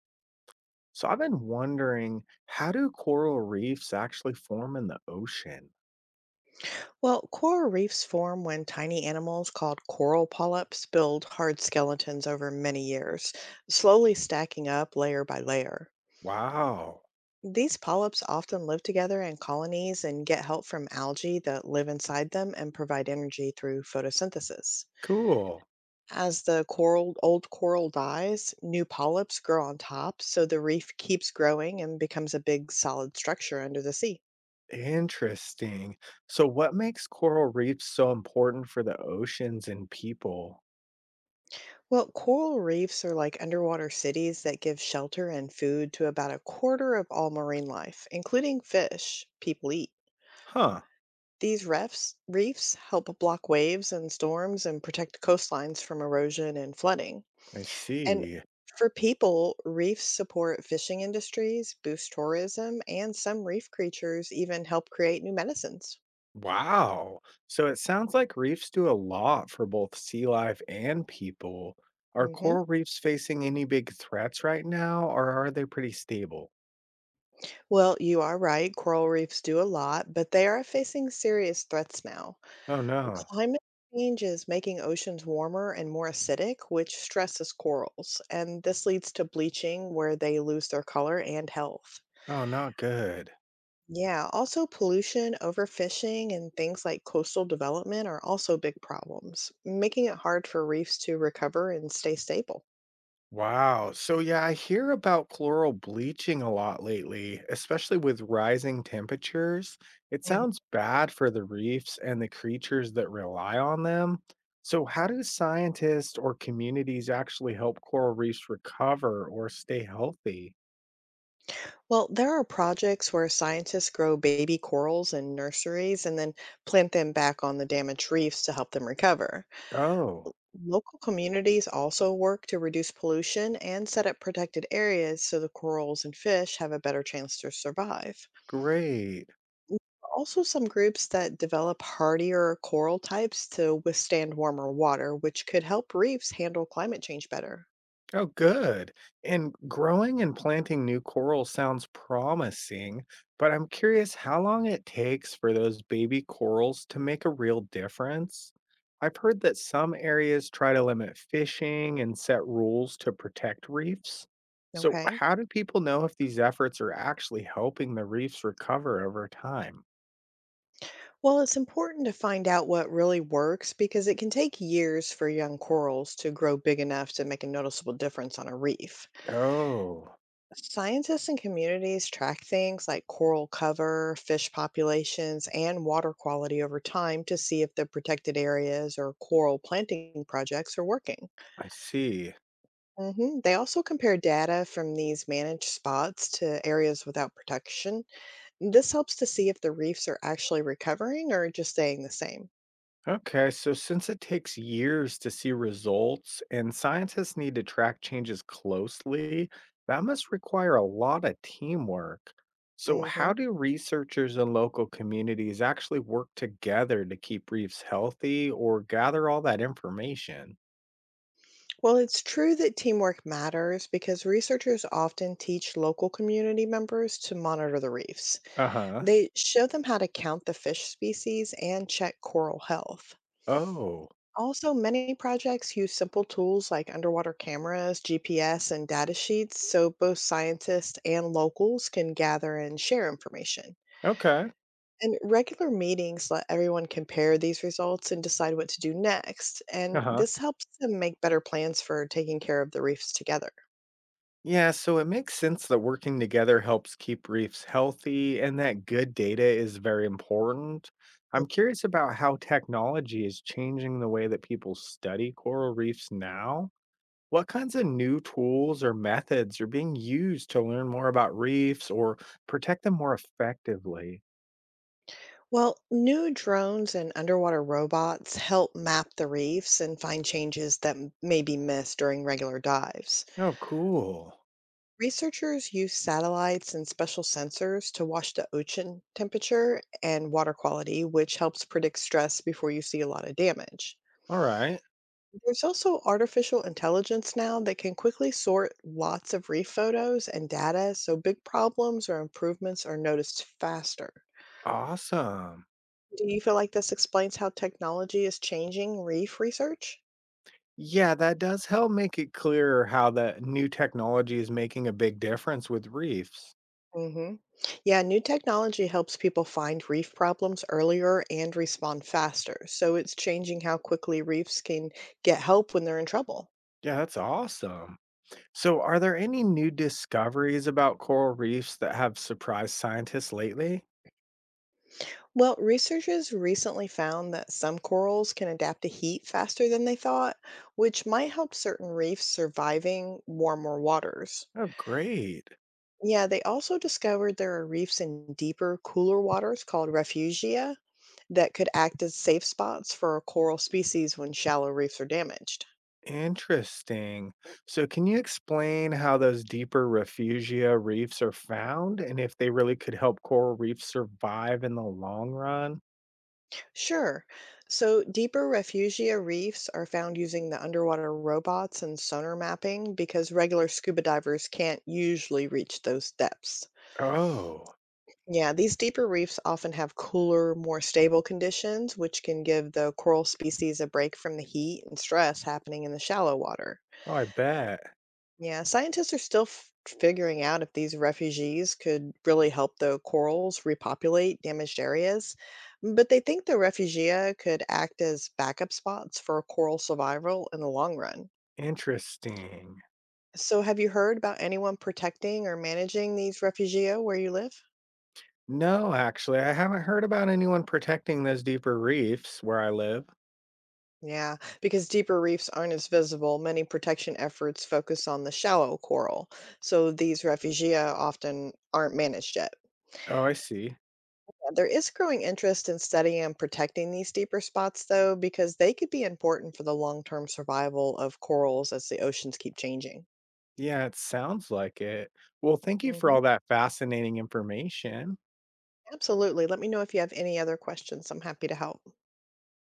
So I've been wondering, how do coral reefs actually form in the ocean? Well, coral reefs form when tiny animals called coral polyps build hard skeletons over many years, slowly stacking up layer by layer. Wow, These polyps often live together in colonies and get help from algae that live inside them and provide energy through photosynthesis. cool. As the coral, old coral dies, new polyps grow on top, so the reef keeps growing and becomes a big solid structure under the sea. Interesting. So what makes coral reefs so important for the oceans and people? Well, coral reefs are like underwater cities that give shelter and food to about a quarter of all marine life, including fish people eat. Huh, These reefs help block waves and storms and protect coastlines from erosion and flooding. I And see. for people, reefs support fishing industries, boost tourism, and some reef creatures even help create new medicines. Wow. So it sounds like reefs do a lot for both sea life and people. Are hmm coral reefs facing any big threats right now, or are they pretty stable? Well, you are right. Coral reefs do a lot, but they are facing serious threats now. Oh no. Climate change is making oceans warmer and more acidic, which stresses corals, and this leads to bleaching where they lose their color and health. Oh, not good. Yeah, also pollution, overfishing, and things like coastal development are also big problems, making it hard for reefs to recover and stay stable. Wow. So, yeah, I hear about chloral bleaching a lot lately, especially with rising temperatures. It Mhm. sounds bad for the reefs and the creatures that rely on them. So, how do scientists or communities actually help coral reefs recover or stay healthy? Well, there are projects where scientists grow baby corals in nurseries and then plant them back on the damaged reefs to help them recover. Oh, Local communities also work to reduce pollution and set up protected areas so the corals and fish have a better chance to survive. great. Also, some groups that develop hardier coral types to withstand warmer water, which could help reefs handle climate change better. Oh, good. And growing and planting new coral sounds promising, but I'm curious how long it takes for those baby corals to make a real difference. I've heard that some areas try to limit fishing and set rules to protect reefs. So, Okay. how do people know if these efforts are actually helping the reefs recover over time? Well, it's important to find out what really works because it can take years for young corals to grow big enough to make a noticeable difference on a reef. Oh, Scientists and communities track things like coral cover, fish populations, and water quality over time to see if the protected areas or coral planting projects are working. I see. Mhm. They also compare data from these managed spots to areas without protection. This helps to see if the reefs are actually recovering or just staying the same. Okay, so since it takes years to see results and scientists need to track changes closely, that must require a lot of teamwork. So, how hmm do researchers and local communities actually work together to keep reefs healthy or gather all that information? Well, it's true that teamwork matters because researchers often teach local community members to monitor the reefs. Uh huh. They show them how to count the fish species and check coral health. Oh, Also, many projects use simple tools like underwater cameras, GPS, and data sheets so both scientists and locals can gather and share information. okay. And regular meetings let everyone compare these results and decide what to do next. Uh And huh. this helps them make better plans for taking care of the reefs together. Yeah, so it makes sense that working together helps keep reefs healthy and that good data is very important. Mm. I'm curious about how technology is changing the way that people study coral reefs now. What kinds of new tools or methods are being used to learn more about reefs or protect them more effectively? Well, new drones and underwater robots help map the reefs and find changes that may be missed during regular dives. Oh, cool. Researchers use satellites and special sensors to watch the ocean temperature and water quality, which helps predict stress before you see a lot of damage. All right. There's also artificial intelligence now that can quickly sort lots of reef photos and data, so big problems or improvements are noticed faster. Awesome. Do you feel like this explains how technology is changing reef research? Yeah, that does help make it clearer how the new technology is making a big difference with reefs. hmm Yeah, new technology helps people find reef problems earlier and respond faster. So it's changing how quickly reefs can get help when they're in trouble. Yeah, that's awesome. So, are there any new discoveries about coral reefs that have surprised scientists lately? Well, researchers recently found that some corals can adapt to heat faster than they thought, which might help certain reefs surviving warmer waters. Oh, great. Yeah, they also discovered there are reefs in deeper, cooler waters called refugia that could act as safe spots for coral species when shallow reefs are damaged. Interesting. So, can you explain how those deeper refugia reefs are found and if they really could help coral reefs survive in the long run? Sure. So deeper refugia reefs are found using the underwater robots and sonar mapping because regular scuba divers can't usually reach those depths. Oh, Yeah, these deeper reefs often have cooler, more stable conditions, which can give the coral species a break from the heat and stress happening in the shallow water. oh, I bet. Yeah, scientists are still figuring out if these refugees could really help the corals repopulate damaged areas, but they think the refugia could act as backup spots for coral survival in the long run. Interesting. So, have you heard about anyone protecting or managing these refugia where you live? No, actually, I haven't heard about anyone protecting those deeper reefs where I live. Yeah, because deeper reefs aren't as visible, many protection efforts focus on the shallow coral, so these refugia often aren't managed yet. Oh, I see. Yeah, there is growing interest in studying and protecting these deeper spots, though, because they could be important for the long term survival of corals as the oceans keep changing. Yeah, it sounds like it. Well, thank you for all hmm that fascinating information. Absolutely. Let me know if you have any other questions. I'm happy to help.